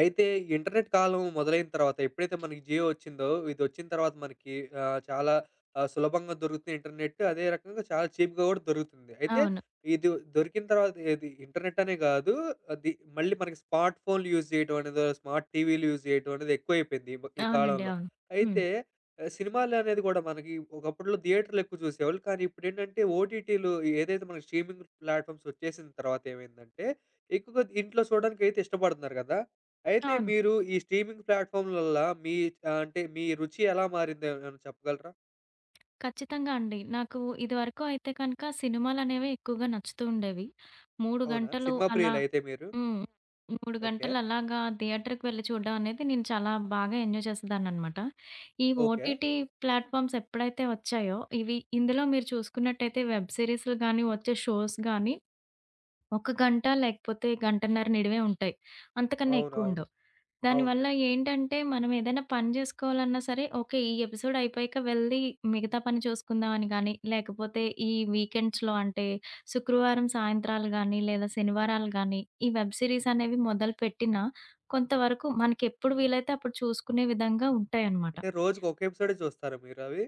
అయితే ఇంటర్నెట్ కాలం మొదలైన తర్వాత ఎప్పుడైతే మనకి జియో వచ్చిందో, ఇదొచ్చిన తర్వాత మనకి చాలా సులభంగా దొరుకుతుంది ఇంటర్నెట్. అదే రకంగా చాలా చీప్‌గా కూడా దొరుకుతుంది. అయితే అవును. ఇది దొరికిన తర్వాత ఏది ఇంటర్నెట్ అనే కాదు. అది మళ్ళీ మనకి స్మార్ట్ ఫోన్‌లు యూజ్ చేయడం అనేది, స్మార్ట్ టీవీలు యూజ్ చేయడం అనేది ఎక్కువైపోయింది ఈ అవునండి. కాలంలో. అవును. హ్మ్. అయితే సినిమాలు అనేది కూడా మనకి ఒకప్పట్లో థియేటర్‌లో ఎక్కువ చూసేవాళ్ళు. కానీ ఇప్పుడేంటంటే ఓటీటీలు ఏదైతే మనకి స్ట్రీమింగ్ ప్లాట్‌ఫామ్స్ వచ్చేసిన తర్వాత ఏమైందంటే, ఎక్కువగా ఇంట్లో చూడడానికైతే ఇష్టపడుతున్నారు కదా! అయితే అవును. మీరు ఈ స్ట్రీమింగ్ ప్లాట్‌ఫార్మ్‌లల్ల మీ అంటే మీ రుచి ఎలా మారింది ఏమైనా చెప్పగలరా? ఖచ్చితంగా అండి. నాకు ఇదివరకు అయితే కనుక సినిమాలనేవి ఎక్కువగా నచ్చుతూ ఉండేవి. 3 అవునా? గంటలు సినిమా అలా. ప్రియులయితే మీరు? హ్మ్. 3 ఓకే. గంటలు అలాగా థియేటర్‌కి వెళ్లి చూడడం అనేది నేను చాలా బాగా ఎంజాయ్ చేసేదాన్ననమాట. ఈ ఓకే. ఓటీటీ ప్లాట్‌ఫార్మ్స్ ఎప్పుడైతే వచ్చాయో, ఇవి ఇందులో మీరు చూసుకున్నట్టయితే వెబ్ సీరీస్‌లు గాని, వచ్చే షోస్ గాని ఒక గంట లేకపోతే గంటన్నర నిడివే ఉంటాయి. అంతకన్నా అవునవును. ఎక్కువుండవు. అవును. దానివల్ల ఏంటంటే, మనం ఏదైనా పని జేసుకోవాలన్నా సరే, ఓకే, ఈ ఎపిసోడ్ అయిపోయాక వెళ్లి మిగతా పని చూసుకుందాం అని గానీ, లేకపోతే ఈ వీకెండ్స్‌లో అంటే శుక్రవారం సాయంత్రాలు గానీ, లేదా శనివారాలు గానీ, ఈ వెబ్ సీరీస్ అనేవి మొదలుపెట్టినా కొంతవరకు మనకెప్పుడు వీలైతే అప్పుడు చూసుకునే విధంగా ఉంటాయన్నమాట. అంటే రోజుకి ఒక ఎపిసోడే చూస్తారా మీరవి?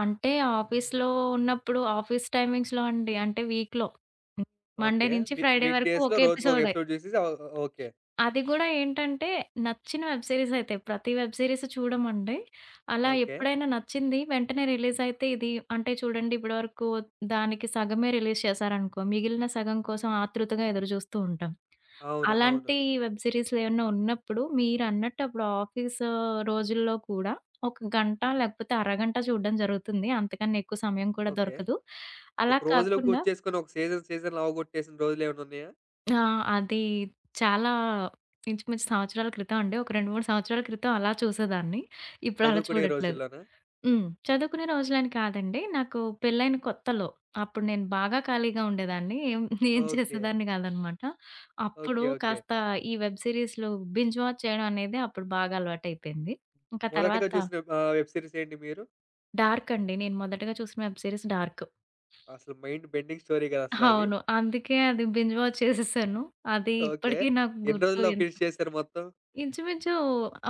అంటే ఆఫీస్‌లో ఉన్నప్పుడు ఆఫీస్ టైమింగ్స్‌లో అండి. అంటే వీక్‌లో. Monday okay. నుంచి వి ఫ్రైడే వీక్ వరకు ఒక డేస్‌లో రోజుకొక ఎపిసోడే. ఎపిసోడ్ చూసేసి ఓ ఓకే. అది గూడా ఏంటంటే, నచ్చిన వెబ్ సీరీస్ అయితే. ప్రతి వెబ్ సీరీస్ చూడమండి. అలా ఓకే. ఎప్పుడైనా నచ్చింది వెంటనే రిలీజ్ అయితే ఇది అంటే చూడండి, ఇప్పటివరకు దానికి సగమే రిలీజ్ చేశారనుకో, మిగిలిన సగం కోసం ఆతృతగా ఎదురు జూస్తూ ఉంటాం. అవును. అవును. అలాంటి వెబ్ సీరీస్‌లు ఏమన్నా ఉన్నప్పుడు మీరన్నట్టు అప్పుడు ఆఫీస్ రోజుల్లో కూడా ఒక గంట లేకపోతే అరగంట చూడడం జరుగుతుంది. అంతకన్నా ఎక్కువ సమయం కూడా ఓకే. దొరకదు. ఒక అలా రోజులో కాకుండా కూర్చేసుకొని ఒక సీజన్‌లు అవగొట్టేసిన రోజులేమన్నున్నాయా? ఆ, అది చాలా ఇంచుమించు సంవత్సరాల క్రితం అండి. ఒక 2, 3 సంవత్సరాల క్రితం అలా చూసేదాన్ని. ఇప్పుడు అలా చదువుకునే చూడట్లేదు. రోజుల్లోనా? హ్మ్. చదువుకునే రోజులని కాదండి. నాకు పెళ్ళైన కొత్తలో అప్పుడు నేను బాగా ఖాళీగా ఉండేదాన్ని. ఏం ఏం ఓకే. చేసేదాన్ని కాదనమాట. ఓకే. అప్పుడు ఓకే. కాస్త ఈ వెబ్ సీరీస్‌లు బింజ్ వాచ్ చేయడం అనేది అప్పుడు బాగా అలవాటైపోయింది. ఇంకా మొదటగా తర్వాత చూసిన వెబ్ సీరీస్ ఏంటి మీరు? 'డార్క్' అండి. నేను మొదటగా చూసిన వెబ్ సీరీస్ 'డార్క్'. అసలు మైండ్ బెండింగ్ స్టోరీ కదా అసలది. అవును. అందుకే అది బింజ్ వాచ్ చేసేసాను. అది ఓకే. ఇప్పటికీ నాకు ఎన్ని గుర్తు. రోజుల్లో ఎంత ఫినిష్ చేశారు మొత్తం? ఇంచుమించు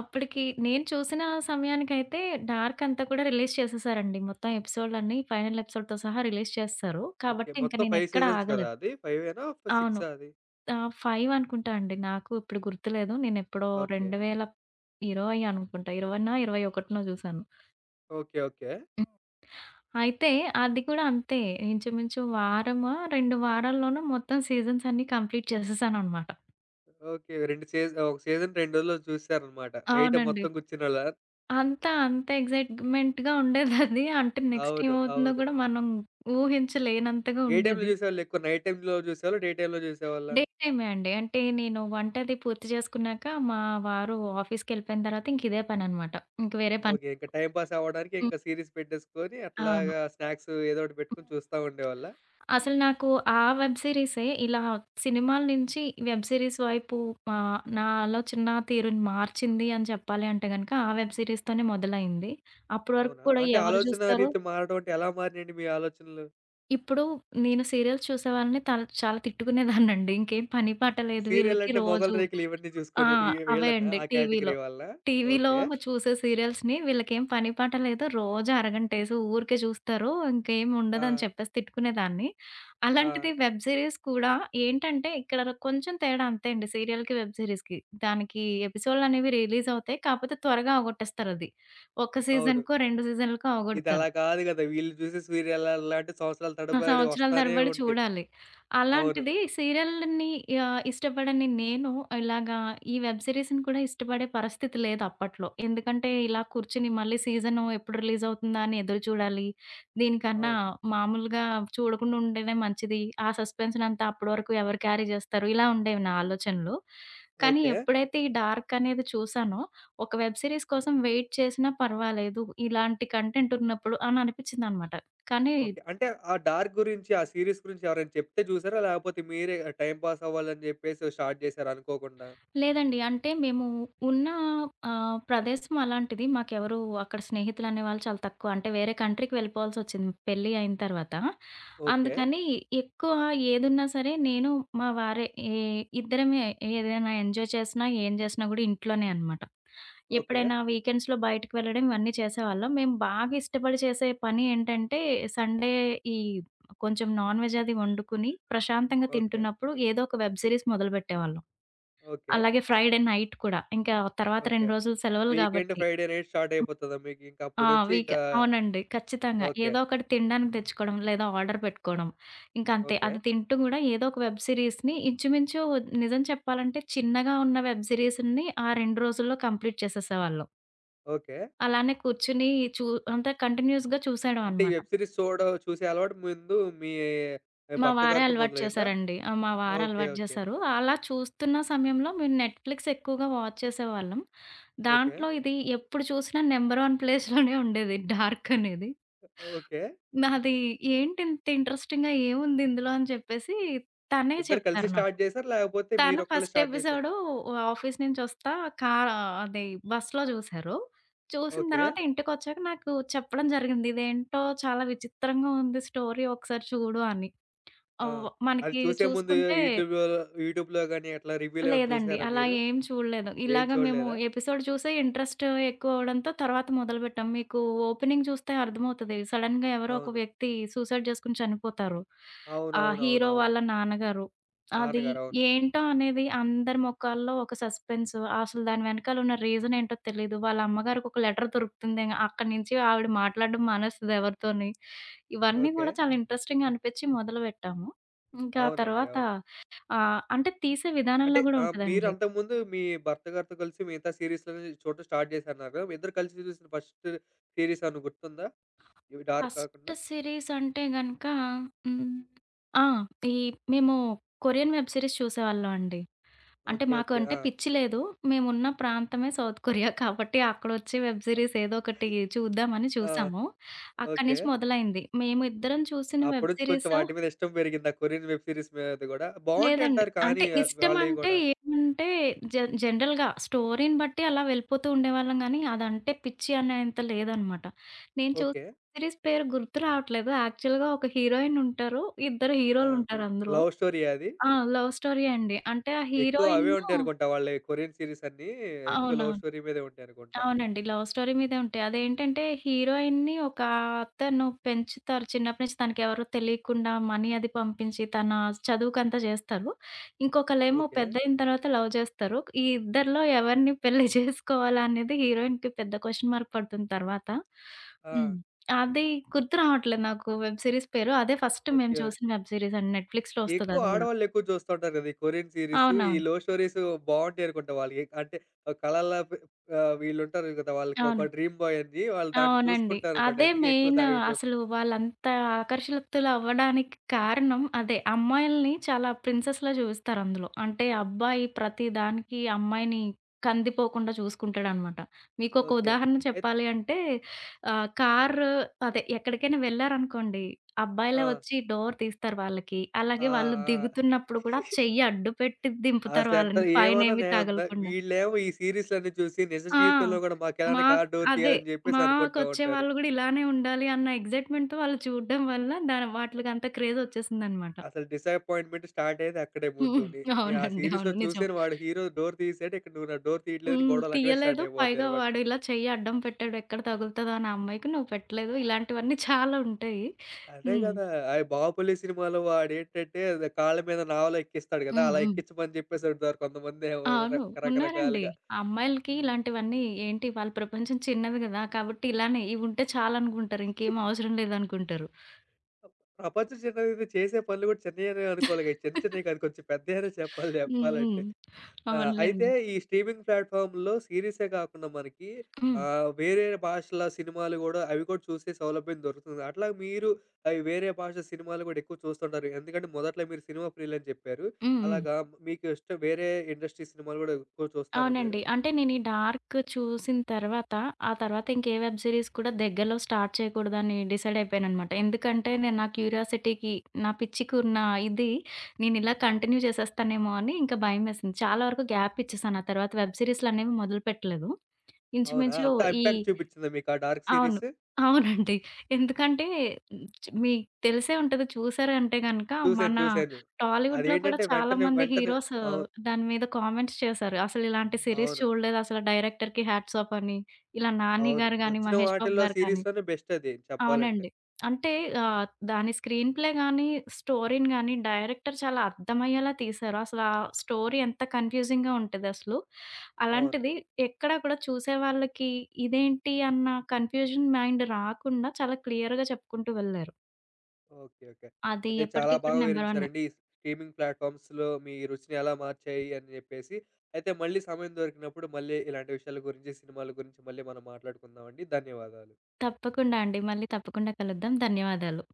అప్పటికి నేను చూసిన సమయానికైతే డార్క్ అంతా కూడా రిలీజ్ చేసేసారండి. మొత్తం ఎపిసోడ్‌లన్నీ ఫైనల్ ఎపిసోడ్‌తో సహా రిలీజ్ చేసేసారు. ఓకే. కాబట్టి ఇంక మొత్తం 5 నేనెక్కడ సీజన్స్ కదా ఆగలేదు. అది? 5 ఏనా? అవును. 6ఆ అది? 5 అనుకుంటా అండి. నాకు ఇప్పుడు గుర్తులేదు. నేనెప్పుడో ఓకే. 2020 అనుకుంటా. 20నో, 21నో చూసాను. ఓకే. ఓకే. హ్మ్. అయితే అది కూడా అంతే. ఇంచుమించు వారమో, 2 వారాల్లోనో మొత్తం సీజన్స్ అన్నీ కంప్లీట్ చేసేసాననమాట. ఓకే. 2 సీజన్ ఒక సీజన్ 2 రోజుల్లో చూసేసారనమాట. నైట్ అవునండి. మొత్తం కూర్చునోళ్ళా? అంతా అంత ఎక్సైట్‌మెంట్‌గా ఉండేదది. అంటే నెక్స్ట్ అవును. ఏమవుతుందో అవును. గూడా మనం ఊహించలేనంతగా ఏ టైమ్‌లో ఉండేది. చూసేవాళ్ళు ఎక్కువ? నైట్ టైమ్‌లో చూసేవాళ్ళా? డే టైమ్‌లో చూసేవాళ్ళా? డే టైమే అండి. అంటే నేను వంట అది పూర్తి చేసుకున్నాక మా వారు ఆఫీస్‌కెళ్ళిపోయిన తర్వాత ఇంక ఇదే పననమాట. ఇంక వేరే పని. ఓకే. ఇంకా టైమ్ పాస్ అవ్వడానికి హ్మ్. ఇంకా సీరీస్ పెట్టేసుకొని అవును. అట్లాగా స్నాక్స్ ఏదో ఒకటి హ్మ్. పెట్టుకొని చూస్తా ఉండేవాళ్ళా? అసలు నాకు ఆ వెబ్ సీరీసే ఇలా సినిమాల నుంచి వెబ్ సీరీస్ వైపు నా ఆలోచన తీరుని మార్చింది అని చెప్పాలి అంటే గనక ఆ వెబ్ సీరీస్‌తోనే మొదలైంది. అప్పటి వరకు అవునా? కూడా అంటే ఎవరు ఆలోచనా జూస్తారో రీతి మారడం అంటే ఎలా మారినియండి మీ ఆలోచనలు? ఇప్పుడు నేను సీరియల్స్ చూసేవాళ్ళని చాలా తిట్టుకునేదాన్నండి. ఇంకేం పని పాట లేదు వీళ్ళకి సీరియలంటే 'మొగల్ రోజు. రేకులు' ఇవన్నీ ఆ, చూసుకునే ఈ అవే వీళ్ళనా? అండి ఆ టీవీలో. కేటగరీ వాళ్ళా? టీవీలో ఓకే. చూసే సీరియల్స్‌ని వీళ్ళకేం పని పాట లేదు. రోజు అరగంటేసి ఊరికే చూస్తారు. ఇంకేం ఆ! ఉండదని చెప్పేసి తిట్టుకునేదాన్ని. ఆ! అలాంటిది వెబ్ సీరీస్ కూడా ఏంటంటే ఇక్కడ కొంచెం తేడా అంతే అండి సీరియల్‌కి, వెబ్ సీరీస్‌కి. దానికి ఎపిసోడ్‌లనేవి రిలీజ్ అవుతాయి. కాకపోతే త్వరగా అవగొట్టేస్తారది. ఒక అవును. సీజన్‌కో, 2 సీజన్‌లకో ఇదలా అవగొడతారు. కాదు గదా! వీళ్ళు చూసి సీరియల్లాంటి సంవత్సరాల ఆ, తడబడి సంవత్సరాల వస్తానే తరబడి ఉంటాయి. చూడాలి. అవును. అలాంటిది సీరియల్‌ని ఇష్టపడని నేను ఇలాగా ఈ వెబ్ సీరీస్‌ని కూడా ఇష్టపడే పరిస్థితి లేదు అప్పట్లో. ఎందుకంటే ఇలా కూర్చొని మళ్ళీ సీజన్ ఎప్పుడు రిలీజ్ అవుతుందా అని ఎదురు చూడాలి. దీనికన్నా అవును. మామూలుగా చూడకుండా ఉండేదే మంచిది. ఆ సస్పెన్స్‌నంతా అప్పటి వరకు ఎవరు క్యారీ చేస్తారు? ఇలా ఉండేవి నా ఆలోచనలు. కానీ ఓకే. ఎప్పుడైతే ఈ డార్క్ అనేది చూసానో, ఒక వెబ్ సీరీస్ కోసం వెయిట్ చేసినా పర్వాలేదు. ఇలాంటి కంటెంట్ ఉన్నప్పుడు అని అనిపించిందనమాట. కానీ ఓకే. అంటే ఆ డార్క్ గురించి, ఆ సీరీస్ గురించి ఎవరైనా చెప్తే చూసారా? లేకపోతే మీరే టైమ్ పాస్ అవ్వాలని చెప్పేసి స్టార్ట్ చేసారా అనుకోకుండా? లేదండి. అంటే మేము ఉన్న ప్రదేశం అలాంటిది. మాకెవరు అక్కడ స్నేహితులనే వాళ్ళు చాలా తక్కువ. అంటే వేరే కంట్రీకి వెళ్ళిపోవాల్సొచ్చింది పెళ్లి అయిన తర్వాత. ఓకే. అందుకని ఎక్కువ ఏదున్నా సరే నేను, మా వారే ఏ ఇద్దరమే ఏదైనా ఎంజాయ్ చేసినా, ఏం చేసినా గూడా ఇంట్లోనే అనమాట. ఓకే. ఎప్పుడైనా వీకెండ్స్‌లో బయటకి వెళ్ళడం ఇవన్నీ చేసేవాళ్ళం. మేము బాగా ఇష్టపడి చేసే పని ఏంటంటే సండే ఈ కొంచెం నాన్ వెజ్ అది వండుకొని ప్రశాంతంగా ఓకే. తింటున్నప్పుడు ఏదో ఒక వెబ్ సీరీస్ మొదలుపెట్టేవాళ్ళం. ఓకే. అలాగే ఫ్రైడే నైట్ కూడా. ఇంకా తర్వాత ఓకే. 2 రోజులు సెలవులు వీకెండ్ గాబట్టి. ఫ్రైడే నైట్ స్టార్ట్ హ్మ్. అయిపోతదా మీకు? ఇంక ఆ, అప్పటి నుంచి వీక్ ఇంకా అవునండి. ఖచ్చితంగా. ఓకే. ఏదో ఒకటి తినడానికి తెచ్చుకోవడం, లేదా ఆర్డర్ పెట్టుకోవడం. ఇంకంతే. ఓకే. అది తింటూ గూడా ఏదో ఒక వెబ్ సీరీస్‌ని ఇంచుమించు నిజం చెప్పాలంటే చిన్నగా ఉన్న వెబ్ సీరీస్‌ని ఆ 2 రోజుల్లో కంప్లీట్ చేసేసేవాళ్ళం. ఓకే. అలానే కూర్చొని చూ అంటే కంటిన్యూయస్‌గా చూసేయడం అంటే ఈ అనమాట. వెబ్ సీరీస్ చూసే అలవాటు ముందు మీ మా భర్త వారే గారితో అలవాటు మొదలైందా? చేశారండి. ఆ, మా వారు ఓకే. అలవాటు ఓకే. చేశారు. అలా చూస్తున్న సమయంలో మేము నెట్‌ఫ్లిక్స్ ఎక్కువగా వాచ్ చేసేవాళ్ళం. ఓకే. దాంట్లో ఇది ఎప్పుడు చూసినా నంబర్ 1 ప్లేస్‌లోనే ఉండేది 'డార్క్' అనేది. ఓకే. నాది ఏంటింత ఇంట్రెస్టింగ్‌గా ఏముంది ఇందులో అని చెప్పేసి తనే ఇద్దరు కలిసి చెప్పారు నాకు. స్టార్ట్ చేసారా? లేకపోతే తను మీరొక్కళ్ళే ఫస్ట్ స్టార్ట్ చేసారా? ఎపిసోడు ఆఫీస్ నుంచొస్తా కా అది బస్‌లో చూసారు. చూసిన ఓకే. తర్వాత ఇంటికొచ్చాక నాకు చెప్పడం జరిగింది. ఇదేంటో చాలా విచిత్రంగా ఉంది స్టోరీ ఒకసారి చూడు అని. ఆ! ఓహ్! అది మనకి చూసే ముందు చూసుకుంటే యూట్యూబ్‌లో యూట్యూబ్‌లో గాని అట్లా రివ్యూలేమైనా లేదండి. చూసారా అలా మీరు? ఏం చూడలేదు. ఏం ఇలాగ మేము చూడలేదా? ఎపిసోడ్ చూసే ఇంట్రెస్ట్ ఎక్కువ అవ్వడంతో తర్వాత మొదలుపెట్టాం. మీకు ఓపెనింగ్ చూస్తే అర్థమవుతది. సడెన్‌గా ఎవరో ఒక అవును. వ్యక్తి సూసైడ్ చేసుకొని చనిపోతారు. ఆ హీరో అవునవునవునవును. వాళ్ళ నాన్నగారు. అది నాన్నగారు. అవును. ఏంటో అనేది అందరి మొఖాల్లో ఒక సస్పెన్స్. అసలు దాని వెనకాల ఉన్న రీజన్ ఏంటో తెలీదు. వాళ్ళ అమ్మగారికి ఒక లెటర్ దొరుకుతుంది. అక్కడి నుంచి ఆవిడ మాట్లాడడం మానేస్తది ఎవరితోని. ఇవన్నీ ఓకే. కూడా చాలా ఇంట్రెస్టింగ్‌గా అనిపించి మొదలుపెట్టాము. ఇంకా ఆ అవునండి. తర్వాత అవును. ఆ, అంటే తీసే అంటే విధానంలో గూడా మీరు ఉంటదండి. అంతకుముందు మీ భర్త గారితో కలిసి మిగతా సీరీస్‌లని చూడటం స్టార్ట్ చేశారన్నారు కదా! మీ ఇద్దరు కలిసి చూసిన ఫస్ట్ సీరీస్ ఏమన్నా గుర్తుందా? ఇవి డార్క్ ఫస్ట్ కాకుండా? సిరీస్ అంటే గనక, హ్మ్, ఆ, ఈ మేము కొరియన్ వెబ్ సిరీస్ చూసేవాళ్ళం అండి. అంటే ఓకే. మాకు ఓకే. అంటే ఆ! పిచ్చి లేదు. మేమున్న ప్రాంతమే సౌత్ కొరియా కాబట్టి అక్కడొచ్చే వెబ్ సిరీస్ ఏదో ఒకటి చూద్దామని ఆ! చూసాము. అక్కడి ఓకే. నుంచి మొదలైంది. మేము ఇద్దరం చూసిన అప్పటి వెబ్ నుంచి కొంచెం సిరీస్ వాటి మీద ఇష్టం పెరిగిందా కొరియన్ వెబ్ సీరీస్ మీద గూడా? బావుంటాయి లేదండి. అంటారు కానీ అంటే వాళ్ళయి ఇష్టమంటే గూడా. ఏమంటే జ జనరల్‌గా స్టోరీని బట్టి అలా వెళ్ళిపోతూ ఉండేవాళ్ళం గానీ, అదంటే పిచ్చి అనేంత లేదనమాట. నేను చూసిన ఓకే. సిరీస్ పేరు గుర్తు రావట్లేదు. యాక్చువల్‌గా ఒక హీరోయిన్ ఉంటారు. ఇద్దరు ఆ! హీరోలుంటారు అందులో. లవ్ స్టోరీయా అది? ఆ, లవ్ స్టోరీయే అండి. అంటే ఆ ఎక్కువ అవే హీరోయిన్ను ఉంటాయనుకుంటా వాళ్ళయి కొరియన్ సీరీస్ అన్నీ ఎక్కువ లవ్ అవునవును. స్టోరీ మీదే ఉంటాయనుకుంటా. అవునండి. లవ్ స్టోరీ మీదే ఉంటాయి. అదేంటంటే హీరోయిన్‌ని ఒక అతను పెంచుతారు. చిన్నప్పటి నుంచి తనకెవరో తెలియకుండా మనీ అది పంపించి తన చదువుకంతా చేస్తారు. ఇంకొకళ్ళేమో ఓకే. పెద్దయిన తర్వాత లవ్ చేస్తారు. ఈ ఇద్దరిలో ఎవరిని పెళ్లి చేసుకోవాలా అనేది హీరోయిన్‌కి పెద్ద క్వెషన్ మార్క్ పడుతుంది తర్వాత. ఆ! హ్మ్. అది గుర్తు రావట్లేదు నాకు వెబ్ సీరీస్ పేరు. అదే ఫస్ట్ మేము ఓకే. చూసిన వెబ్ సీరీస్ అండి. నెట్‌ఫ్లిక్స్‌లో వస్తది ఎక్కువ అది గూడా. ఆడవాళ్ళు ఎక్కువ చూస్తుంటారు కదా! ఈ కొరియన్ సీరీస్, ఈ అవునవును. లవ్ స్టోరీస్ బావుంటాయి అనుకుంటా వాళ్ళకి. అంటే కలల పె వీళ్ళుంటారు కదా! వాళ్ళకి అవును. ఒక డ్రీమ్ బాయ్ అని వాళ్ళు దాంట్లో అవునండి. చూసుకుంటారనుకోండి. అదే అందుకే ఎక్కువ మెయిన్ దా ఇవి చూస్ అసలు వాళ్ళంత ఆకర్షితులవ్వడానికి కారణం అదే. అమ్మాయిల్ని చాలా ప్రిన్సెస్‌లా జూస్తారందులో. అంటే అబ్బాయి ప్రతి దానికి అమ్మాయిని కందిపోకుండా చూసుకుంటాడనమాట. మీకొక ఓకే. ఉదాహరణ అయిత్ చెప్పాలి అంటే కారు అదే ఎక్కడికైనా వెళ్లారనుకోండి, ఆ! అబ్బాయిలే వచ్చి డోర్ తీస్తారు వాళ్ళకి. ఆ! అలాగే వాళ్ళు ఆ! దిగుతున్నప్పుడు కూడా చెయ్యి అడ్డుపెట్టి దింపుతారు అసలెంత వాళ్ళని ఏమన్నా పైనేమి న్యాయం ఉందా? తగలకుండా. వీళ్ళేమో ఈ సీరీస్‌లన్నీ చూసి నిజ ఆ! జీవితంలో గూడా మాకెలానే మా కార్ డోర్ అదే. తీయాలని జెప్పేసి అనుకుంటా మాకొచ్చే ఉంటారు. వాళ్ళు గూడా ఇలానే ఉండాలి అన్న ఎక్సైట్‌మెంట్‌తో వాళ్ళు చూడడం వల్ల దాని వాటిలికంత క్రేజొచ్చేసిందనమాట. అసలు డిసప్పాయింట్‌మెంట్ స్టార్ట్ అయ్యేది అక్కడే ముందు. హ్మ్. నేను ఆ అవునండి. సీరీస్‌లో అవును. నిజం. చూసాను వాడు హీరో డోర్ తీసాడు. ఇక్కడ నువ్వు నా డోర్ తీయట్లేదని హ్మ్. గొడవలు అక్కడే స్టార్ట్ తీయలేదు. పైగా అయిపోతాయనమాట. వాడు ఇలా చెయ్యి అడ్డం పెట్టాడు. ఎక్కడ తగులుతదో అని ఆ అమ్మాయికి నువ్వు పెట్టలేదు. ఇలాంటివన్నీ చాలా ఉంటాయి. అదే హ్మ్. గదా! అయి 'బాహుబలి' సినిమాలో వాడేంటంటే అది కాళ్ళ మీద నావలా ఎక్కిస్తాడు గదా! హ్మ్. అలా హ్మ్. ఎక్కించమని చెప్పేసి అంటారు కొంతమందేమో ర అవును. ఉన్నారండి. రకరకాలుగా. అమ్మాయిలకి హ్మ్. ఇలాంటివన్నీ ఏంటి వాళ్ళ ప్రపంచం చిన్నది గదా! కాబట్టి ఇలానే ఇవుంటే చాలనుకుంటారు. ఇంకేం అవసరం లేదనుకుంటారు. ప్రపంచం చిన్నదైతే చేసే పనులు గూడా చిన్నయనే అనుకోవాలి. చిన్న చిన్నయి కాదు కొంచెం పెద్దయనే చెప్పాలి హ్మ్. హ్మ్. చెప్పాలంటే. ఆ! అయితే అవునులెండి. ఈ స్ట్రీమింగ్ ప్లాట్‌ఫామ్‌లో సీరీసే కాకుండా మనకి హ్మ్. వేరే భాషల సినిమాలు గూడా అవి కూడా చూసే సౌలభ్యం దొరుకుతుంది. అట్లా మీరు అవి వేరే భాష సినిమాలు గూడా ఎక్కువ చూస్తుంటారు. ఎందుకంటే మొదట్లో మీరు సినిమా ప్రియులని చెప్పారు. హ్మ్. హ్మ్. అలాగా మీకు ఇష్టం వేరే ఇండస్ట్రీ సినిమాలు గూడా ఎక్కువ చూస్తారా మీరు? అవునండి. అంటే నేను ఈ 'డార్క్' చూసిన తర్వాత, ఆ తర్వాత ఇంకే వెబ్ సీరీస్ కూడా దగ్గరలో స్టార్ట్ చేయకూడదని డిసైడ్ అయిపోయాననమాట. ఎందుకంటే నేను నా క్యూరియాసిటీకి, నా పిచ్చికున్న ఇది నేనిలా కంటిన్యూ చేసేస్తానేమో అని ఇంకా భయమేసింది. చాలా వరకు గ్యాప్ ఇచ్చేసాను. ఆ తర్వాత వెబ్ సీరీస్‌లనేవి మొదలుపెట్టలేదు. అవునా? ఇంచుమించు అంత ఈ ఇంపాక్ట్ చూపిచ్చిందా మీకు ఆ డార్క్ అవును. సీరీస్? అవునండి. ఎందుకంటే చ్ మీకు తెలిసే ఉంటది చూసారు అంటే గనక చూసాను. మన చూసాను. టాలీవుడ్‌లో కూడా అదేంటంటే చాలా వెంటనే మంది వెంటనే హీరోస్ అవును. దాని మీద కామెంట్స్ చేశారు. అసలు ఇలాంటి సీరీస్ అవును. చూడలేదు అసలు డైరెక్టర్‌కి హ్యాట్స్ ఆఫ్ అని. ఇలా 'నాని' అవును. గారు గాని, వచ్చిన 'మహేష్ బాబు' వాటిల్లో గారు కానీ. సీరీస్‌లోనే బెస్ట్ అది చెప్పాలంటే. అవునండి. అంటే ఆహ్, దాని స్క్రీన్ ప్లే గాని, స్టోరీని గాని డైరెక్టర్ చాలా అర్థమయ్యేలా తీశారు. అసల ఆ స్టోరీ ఎంత కన్‌ఫ్యూజింగ్‌గా ఉంటదసలు. అవును. అలాంటిది ఎక్కడ కూడా చూసేవాళ్ళకి ఇదేంటి అన్న కన్‌ఫ్యూజన్ మైండ్ రాకుండా చాలా క్లియర్‌గా చెప్పుకుంటూ వెళ్లారు. ఓకే. ఓకే. అది అయితే చాలా ఎప్పటికి కూడా బాగా నంబర్ వన్నే. వివరించారండి. ఈ స్ట్రీమింగ్ ప్లాట్‌ఫార్మ్స్‌లో మీ రుచిని ఎలా మార్చాయి అని జెప్పేసి. అయితే మళ్ళీ సమయం దొరికినప్పుడు మళ్ళీ ఇలాంటి విషయాల గురించి, సినిమాల గురించి మళ్ళీ మనం మాట్లాడుకుందామండి. ధన్యవాదాలు. తప్పకుండా అండి. మళ్ళీ తప్పకుండా కలుద్దాం. ధన్యవాదాలు.